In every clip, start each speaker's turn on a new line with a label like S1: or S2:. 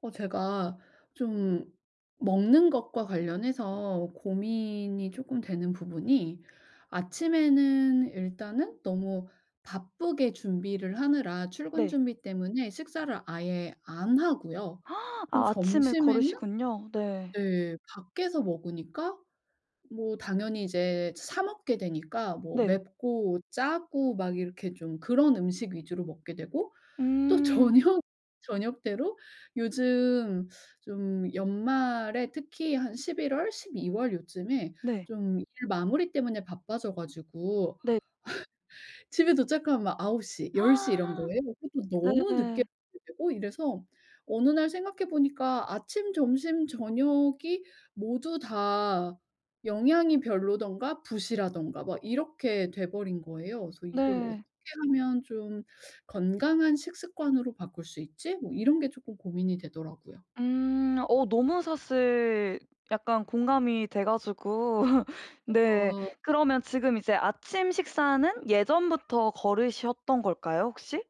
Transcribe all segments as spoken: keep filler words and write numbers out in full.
S1: 어, 제가 좀 먹는 것과 관련해서 고민이 조금 되는 부분이, 아침에는 일단은 너무 바쁘게 준비를 하느라 출근
S2: 네.
S1: 준비 때문에 식사를 아예 안 하고요.
S2: 아
S1: 또
S2: 아침을
S1: 점심에는,
S2: 걸으시군요. 네.
S1: 네, 밖에서 먹으니까 뭐 당연히 이제 사 먹게 되니까 뭐
S2: 네.
S1: 맵고 짜고 막 이렇게 좀 그런 음식 위주로 먹게 되고, 또 저녁
S2: 음.
S1: 저녁대로, 요즘 좀 연말에 특히 한 십일 월, 십이월 요쯤에
S2: 네.
S1: 좀 일 마무리 때문에 바빠져 가지고
S2: 네.
S1: 집에 도착하면 막아홉 시열 하나 열 이런
S2: 하아
S1: 거예요. 그것도 너무 늦게
S2: 네.
S1: 되고 이래서, 어느 날 생각해 보니까 아침, 점심, 저녁이 모두 다 영양이 별로든가 부실하든가 막 이렇게 돼 버린 거예요. 그래서 '이걸 어떻게
S2: 네.
S1: 하면 좀 건강한 식습관으로 바꿀 수 있지?' 뭐 이런 게 쪼끔 고민이 되더라고요.
S2: 음. 어 너무 사실 약간 공감이 돼 가지고 네.
S1: 아.
S2: 그러면 지금 이제 아침 식사는 예전부터 걸으셨던 걸까요 혹시?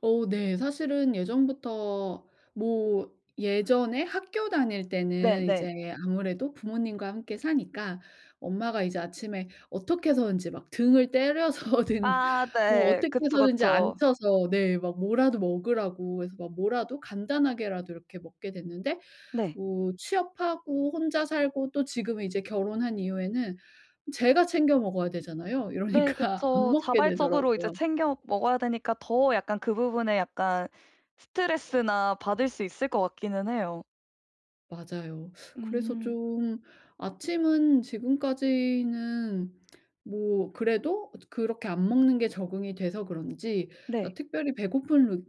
S1: 어 네. 사실은 예전부터 뭐 예전에 학교 다닐 때는
S2: 네네.
S1: 이제 아무래도 부모님과 함께 사니까, 엄마가 이제 아침에 어떻게 해서든지 막 등을 때려서든
S2: 아
S1: 뭐
S2: 네.
S1: 어떻게
S2: 그쵸,
S1: 해서든지
S2: 그쵸.
S1: 앉혀서 네 막 뭐라도 먹으라고 해서 막 뭐라도 간단하게라도 이렇게 먹게 됐는데,
S2: 네.
S1: 뭐 취업하고 혼자 살고 또 지금은 이제 결혼한 이후에는 제가 챙겨 먹어야 되잖아요.
S2: 네
S1: 이러니까 안
S2: 그쵸.
S1: 먹게
S2: 자발적으로 이제
S1: 되더라고요.
S2: 챙겨 먹어야 되니까 더 약간 그 부분에 약간 스트레스나 받을 수 있을 것 같기는 해요.
S1: 맞아요. 그래서
S2: 음.
S1: 좀 아침은 지금까지는 뭐 그래도 그렇게 안 먹는 게 적응이 돼서 그런지 어
S2: 네.
S1: 특별히 배고픔을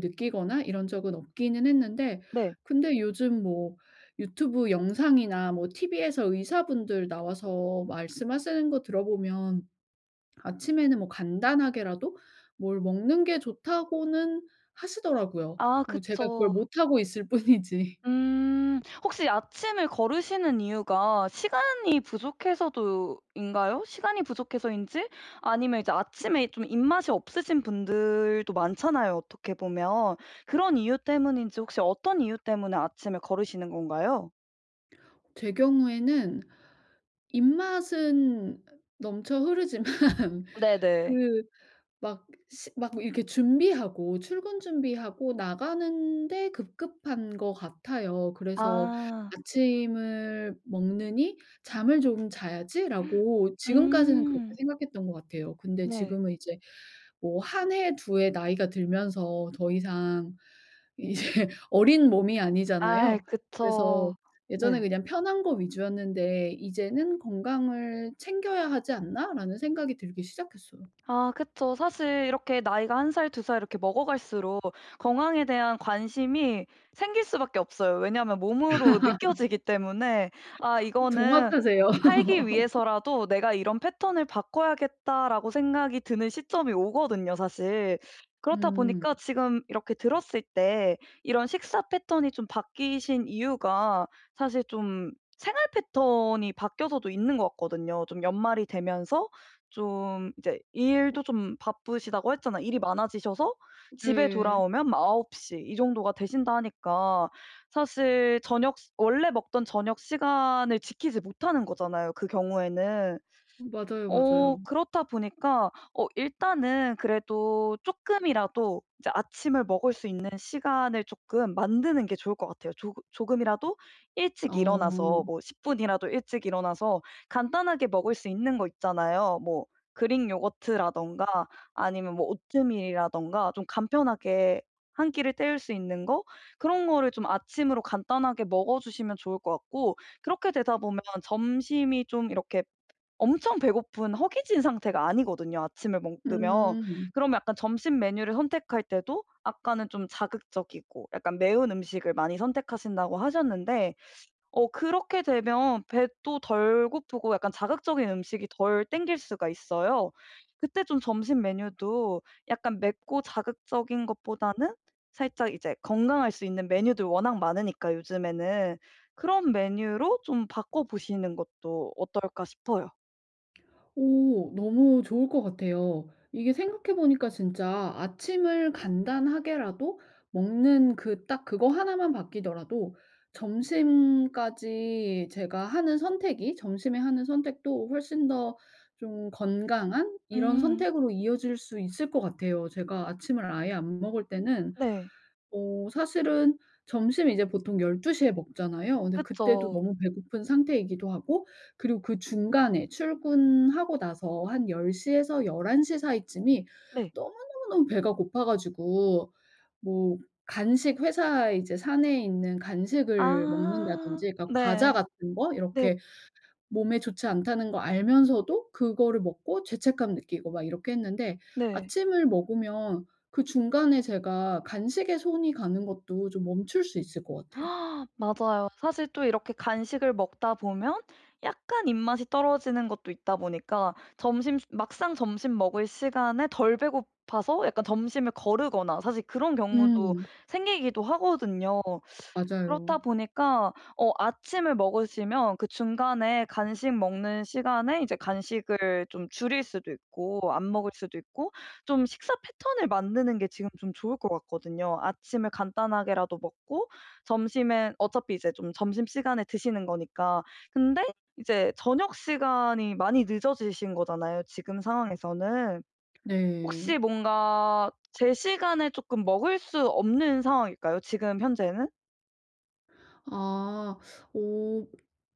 S1: 느끼거나 이런 적은 없기는 했는데,
S2: 네.
S1: 근데 요즘 뭐 유튜브 영상이나 뭐 티브이에서 의사분들 나와서 말씀하시는 거 들어보면 아침에는 뭐 간단하게라도 뭘 먹는 게 좋다고는 하시더라고요.
S2: 아
S1: 뭐 제가 그걸
S2: 그쵸.
S1: 못하고 있을 뿐이지.
S2: 음. 혹시 아침을 거르시는 이유가 시간이 부족해서도 인가요? 시간이 부족해서인지 아니면 이제 아침에 좀 입맛이 없으신 분들도 많잖아요, 어떻게 보면. 그런 이유 때문인지 혹시 어떤 이유 때문에 아침에 거르시는 건가요?
S1: 제 경우에는 입맛은 넘쳐 흐르지만
S2: 네네.
S1: 그 막 시 막 이렇게 준비하고 출근 준비하고 나가는데 급급한 것 같아요. 그래서
S2: 아.
S1: '아침을 먹느니 잠을 좀 자야지.'라고 지금까지는 그렇게
S2: 음.
S1: 생각했던 것 같아요. 근데
S2: 네.
S1: 지금은 이제 뭐 한 해 두 해 나이가 들면서 더 이상 이제 어린 몸이
S2: 아
S1: 아니잖아요. 그래서
S2: 그쵸.
S1: 예전에
S2: 네.
S1: 그냥 편한 거 위주였는데 '이제는 건강을 챙겨야 하지 않나?'라는 생각이 들기 시작했어요.
S2: 아 그쵸. 사실 이렇게 나이가 한 살 두 살 이렇게 먹어갈수록 건강에 대한 관심이 생길 수밖에 없어요. 왜냐하면 몸으로 느껴지기 때문에 '아 이거는
S1: 정확하세요.
S2: 살기 위해서라도 내가 이런 패턴을 바꿔야겠다.'라고 생각이 드는 시점이 오거든요 사실. 그렇다
S1: 음.
S2: 보니까 지금 이렇게 들었을 때 이런 식사 패턴이 좀 바뀌신 이유가 사실 좀 생활 패턴이 바뀌어서도 있는 것 같거든요. 좀 연말이 되면서 좀 이제 일도 좀 바쁘시다고 했잖아. 일이 많아지셔서 집에
S1: 네,
S2: 돌아오면 막아홉 시 이 정도가 되신다 하니까 사실 저녁 시 원래 먹던 저녁 시간을 지키지 못하는 거잖아요, 그 경우에는.
S1: 맞아요,
S2: 어
S1: 맞아요.
S2: 그렇다 보니까 어 일단은 그래도 조금이라도 이제 아침을 먹을 수 있는 시간을 조금 만드는 게 좋을 것 같아요. 조 조금이라도 일찍
S1: 어.
S2: 일어나서 뭐 십 분이라도 일찍 일어나서 간단하게 먹을 수 있는 거 있잖아요. 뭐 그릭 요거트라든가 아니면 뭐 오트밀이라든가 좀 간편하게 한 끼를 때울 수 있는 거 그런 거를 좀 아침으로 간단하게 먹어 주시면 좋을 것 같고 그렇게 되다 보면 점심이 좀 이렇게 엄청 배고픈 허기진 상태가 아니거든요 아침을 먹으면.
S1: 음.
S2: 그러면 약간 점심 메뉴를 선택할 때도 아까는 좀 자극적이고 약간 매운 음식을 많이 선택하신다고 하셨는데 어 그렇게 되면 배도 덜 고프고 약간 자극적인 음식이 덜 땡길 수가 있어요. 그때 좀 점심 메뉴도 약간 맵고 자극적인 것보다는 살짝 이제 건강할 수 있는 메뉴들 워낙 많으니까 요즘에는. 그런 메뉴로 좀 바꿔 보시는 것도 어떨까 싶어요.
S1: 오, 너무 좋을 것 같아요. 이게 생각해 보니까 진짜 아침을 간단하게라도 먹는 그 딱 그거 하나만 바뀌더라도 점심까지 제가 하는 선택이, 점심에 하는 선택도 훨씬 더 좀 건강한 이런
S2: 음.
S1: 선택으로 이어질 수 있을 것 같아요. 제가 아침을 아예 안 먹을 때는
S2: 네.
S1: 어 사실은 점심 이제 보통 일 두 시에 먹잖아요. 근데 그때도
S2: 그쵸.
S1: 너무 배고픈 상태이기도 하고, 그리고 그 중간에 출근하고 나서 한 열 영 에서 하나 한 시 사이쯤이
S2: 네.
S1: 너무너무너무 배가 고파 가지고 뭐 간식, 회사 이제 사내에 있는 간식을
S2: 아.
S1: 먹는다든지, 그러니까 과자
S2: 네.
S1: 같은 거
S2: 네.
S1: 이렇게 몸에 좋지 않다는 거 알면서도 그거를 먹고 죄책감 느끼고 막 이렇게 했는데,
S2: 네.
S1: 아침을 먹으면 그 중간에 제가 간식에 손이 가는 것도 좀 멈출 수 있을 것 같아요.
S2: 맞아요. 사실 또 이렇게 간식을 먹다 보면 약간 입맛이 떨어지는 것도 있다 보니까 점심 막상 점심 먹을 시간에 덜 배고파서 약간 점심을 거르거나 사실 그런 경우도
S1: 음
S2: 생기기도 하거든요.
S1: 맞아요.
S2: 그렇다 보니까 어 아침을 먹으시면 그 중간에 간식 먹는 시간에 이제 간식을 좀 줄일 수도 있고 안 먹을 수도 있고 좀 식사 패턴을 만드는 게 지금 좀 좋을 것 같거든요. 아침을 간단하게라도 먹고 점심엔 어차피 이제 좀 점심시간에 드시는 거니까. 근데 이제 저녁 시간이 많이 늦어지신 거잖아요, 지금 상황에서는.
S1: 네.
S2: 혹시 뭔가 제 시간에 조금 먹을 수 없는 상황일까요, 지금 현재는?
S1: 아. 오,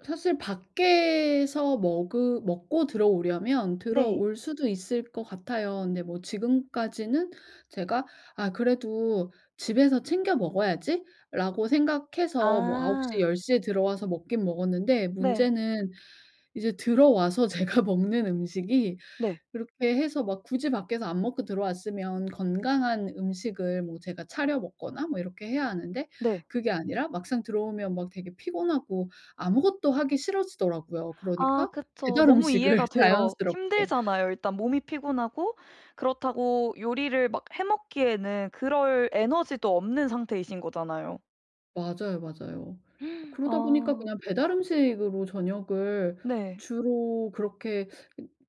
S1: 사실 밖에서 먹으 먹고 들어오려면
S2: 네.
S1: 들어올 수도 있을 것 같아요. 근데 뭐 지금까지는 제가 '아 그래도 집에서 챙겨 먹어야지.'라고 생각해서 뭐아홉 시
S2: 아.
S1: 하나 영에 들어와서 먹긴 먹었는데
S2: 네.
S1: 문제는 이제 들어와서 제가 먹는 음식이,
S2: 네.
S1: 그렇게 해서 막 굳이 밖에서 안 먹고 들어왔으면 건강한 음식을 뭐 제가 차려 먹거나 뭐 이렇게 해야 하는데,
S2: 네.
S1: 그게 아니라 막상 들어오면 막 되게 피곤하고 아무것도 하기 싫어지더라고요.
S2: 아
S1: 그러니까
S2: 그쵸.
S1: 배달
S2: 너무
S1: 음식을
S2: 이해가 돼요.
S1: 자연스럽게.
S2: 힘들잖아요. 일단 몸이 피곤하고 그렇다고 요리를 막 해 먹기에는 그럴 에너지도 없는 상태이신 거잖아요.
S1: 맞아요, 맞아요. 그러다 보니까
S2: 아.
S1: 그냥 배달 음식으로 저녁을
S2: 네.
S1: 주로 그렇게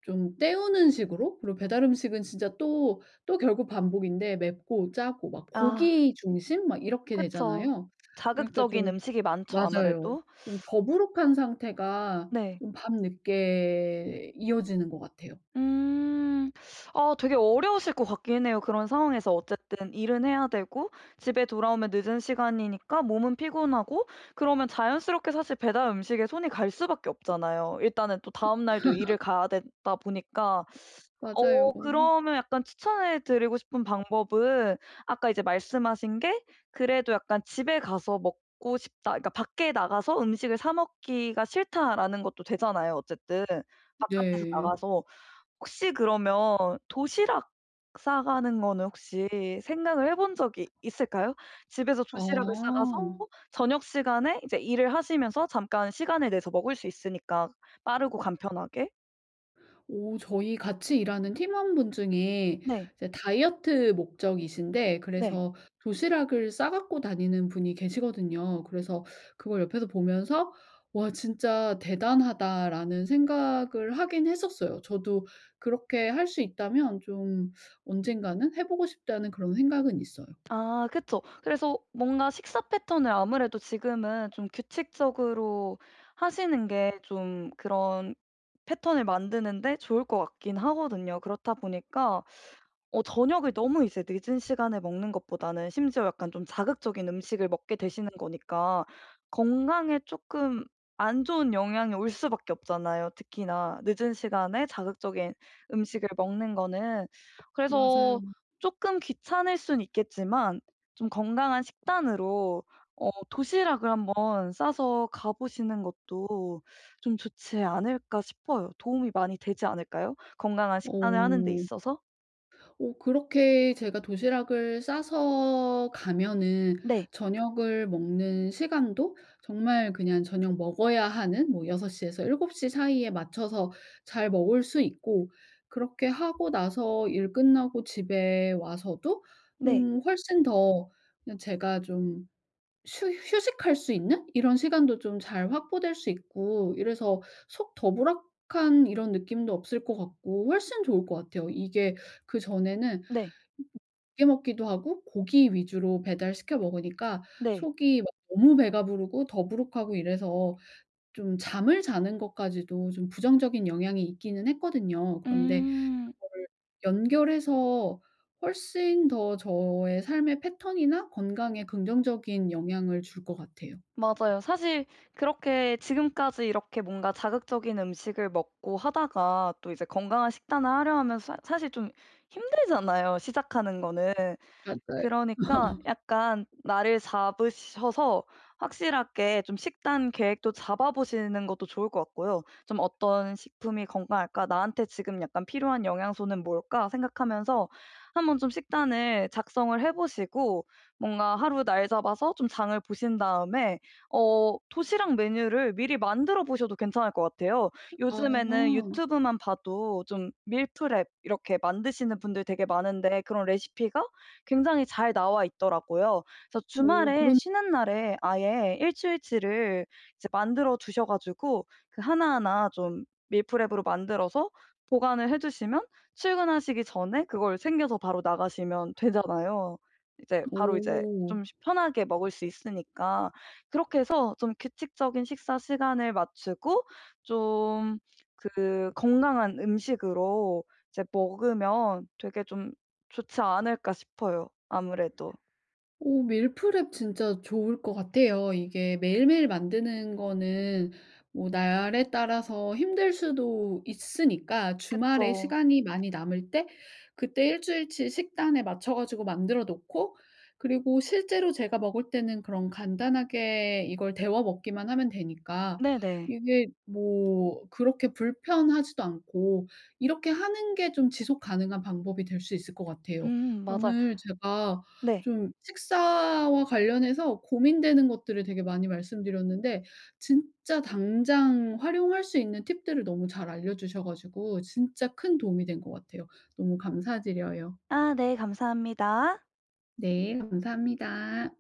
S1: 좀 때우는 식으로. 그리고 배달 음식은 진짜 또 또 결국 반복인데 맵고 짜고 막
S2: 아
S1: 고기 중심 막 이렇게
S2: 그쵸.
S1: 되잖아요. 그러니까
S2: 자극적인
S1: 좀,
S2: 음식이 많죠
S1: 맞아요,
S2: 아무래도.
S1: 좀 더부룩한 상태가
S2: 네.
S1: 좀 밤늦게 이어지는 것 같아요.
S2: 음. 아 되게 어려우실 것 같긴 해요. 그런 상황에서 어쨌든 일은 해야 되고 집에 돌아오면 늦은 시간이니까 몸은 피곤하고 그러면 자연스럽게 사실 배달 음식에 손이 갈 수밖에 없잖아요. 일단은 또 다음 날도 일을 가야 되다 보니까.
S1: 맞아요.
S2: 어 그러면 약간 추천해 드리고 싶은 방법은 아까 이제 말씀하신 게 그래도 약간 '집에 가서 먹고 싶다.' 그러니까 '밖에 나가서 음식을 사 먹기가 싫다.'라는 것도 되잖아요 어쨌든 바깥에서
S1: 네.
S2: 나가서. 혹시 그러면 도시락 싸가는 거는 혹시 생각을 해본 적이 있을까요? 집에서 도시락을 싸가서
S1: 아.
S2: 저녁 시간에 이제 일을 하시면서 잠깐 시간을 내서 먹을 수 있으니까 빠르고 간편하게.
S1: 오, 저희 같이 일하는 팀원분 중에
S2: 네.
S1: 이제 다이어트 목적이신데,
S2: 네.
S1: 그래서 도시락을 싸 갖고 다니는 분이 계시거든요. 그래서 그걸 옆에서 보면서 '와 진짜 대단하다.'라는 생각을 하긴 했었어요. 저도 그렇게 할 수 있다면 좀 언젠가는 해 보고 싶다는 그런 생각은 있어요.
S2: 아 그쵸. 그래서 뭔가 식사 패턴을 아무래도 지금은 좀 규칙적으로 하시는 게 좀 그런 패턴을 만드는데 좋을 것 같긴 하거든요. 그렇다 보니까 어 저녁을 너무 이제 늦은 시간에 먹는 것보다는 심지어 약간 좀 자극적인 음식을 먹게 되시는 거니까 건강에 조금 안 좋은 영향이 올 수밖에 없잖아요, 특히나 늦은 시간에 자극적인 음식을 먹는 거는.
S1: 맞아요.
S2: 그래서 조금 귀찮을 순 있겠지만 좀 건강한 식단으로 어 도시락을 한번 싸서 가 보시는 것도 좀 좋지 않을까 싶어요. 도움이 많이 되지 않을까요? 건강한 식단을 하는 데
S1: 어.
S2: 있어서?
S1: 어 그렇게 제가 도시락을 싸서 가면은
S2: 네.
S1: 저녁을 먹는 시간도 정말 그냥 저녁 먹어야 하는 뭐여섯 시 에서 일곱 시 사이에 맞춰서 잘 먹을 수 있고, 그렇게 하고 나서 일 끝나고 집에 와서도
S2: 네.
S1: 좀 훨씬 더 그냥 제가 좀 휴 휴식할 수 있는 이런 시간도 좀 잘 확보될 수 있고 이래서 속 더부락한 이런 느낌도 없을 것 같고 훨씬 좋을 것 같아요. 이게 그전에는
S2: 네.
S1: 두개 먹기도 하고 고기 위주로 배달시켜 먹으니까
S2: 네.
S1: 속이 막 너무 배가 부르고 더부룩하고 이래서 좀 잠을 자는 것까지도 좀 부정적인 영향이 있기는 했거든요. 그런데
S2: 음.
S1: 그거를 연결해서 훨씬 더 저의 삶의 패턴이나 건강에 긍정적인 영향을 줄 것 같아요.
S2: 맞아요. 사실 그렇게 지금까지 이렇게 뭔가 자극적인 음식을 먹고 하다가 또 이제 건강한 식단을 하려 하면 사 사실 좀 힘들잖아요 시작하는 거는.
S1: 맞아요.
S2: 그러니까 약간 나를 잡으셔서 확실하게 좀 식단 계획도 잡아 보시는 것도 좋을 것 같고요. 좀 '어떤 식품이 건강할까? 나한테 지금 약간 필요한 영양소는 뭘까?' 생각하면서 한번 좀 식단을 작성을 해 보시고 뭔가 하루 날 잡아서 좀 장을 보신 다음에 어 도시락 메뉴를 미리 만들어 보셔도 괜찮을 것 같아요. 요즘에는
S1: 아.
S2: 유튜브만 봐도 좀 밀프렙 이렇게 만드시는 분들 되게 많은데 그런 레시피가 굉장히 잘 나와 있더라고요. 그래서
S1: 오
S2: 주말에
S1: 그런.
S2: 쉬는 날에 아예 일주일치를 이제 만들어 두셔 가지고 그 하나하나 좀 밀프렙으로 만들어서 보관을 해 주시면 출근하시기 전에 그걸 챙겨서 바로 나가시면 되잖아요. 이제 바로 이제
S1: 오.
S2: 좀 쉬 편하게 먹을 수 있으니까. 그렇게 해서 좀 규칙적인 식사 시간을 맞추고 좀 그 건강한 음식으로 이제 먹으면 되게 좀 좋지 않을까 싶어요 아무래도.
S1: 오 밀프렙 진짜 좋을 것 같아요. 이게 매일매일 만드는 거는 뭐 날에 따라서 힘들 수도 있으니까, 주말에
S2: 그쵸.
S1: 시간이 많이 남을 때 그때 일 주일치 식단에 맞춰 가지고 만들어 놓고, 그리고 실제로 제가 먹을 때는 그런 간단하게 이걸 데워 먹기만 하면 되니까
S2: 네네.
S1: 이게 뭐 그렇게 불편하지도 않고, 이렇게 하는 게 좀 지속 가능한 방법이 될 수 있을 것 같아요.
S2: 음 맞아요.
S1: 오늘 제가
S2: 네.
S1: 좀 식사와 관련해서 고민되는 것들을 되게 많이 말씀드렸는데 진짜 당장 활용할 수 있는 팁들을 너무 잘 알려주셔 가지고 진짜 큰 도움이 된 것 같아요. 너무 감사드려요.
S2: 아 네 감사합니다.
S1: 네, 감사합니다.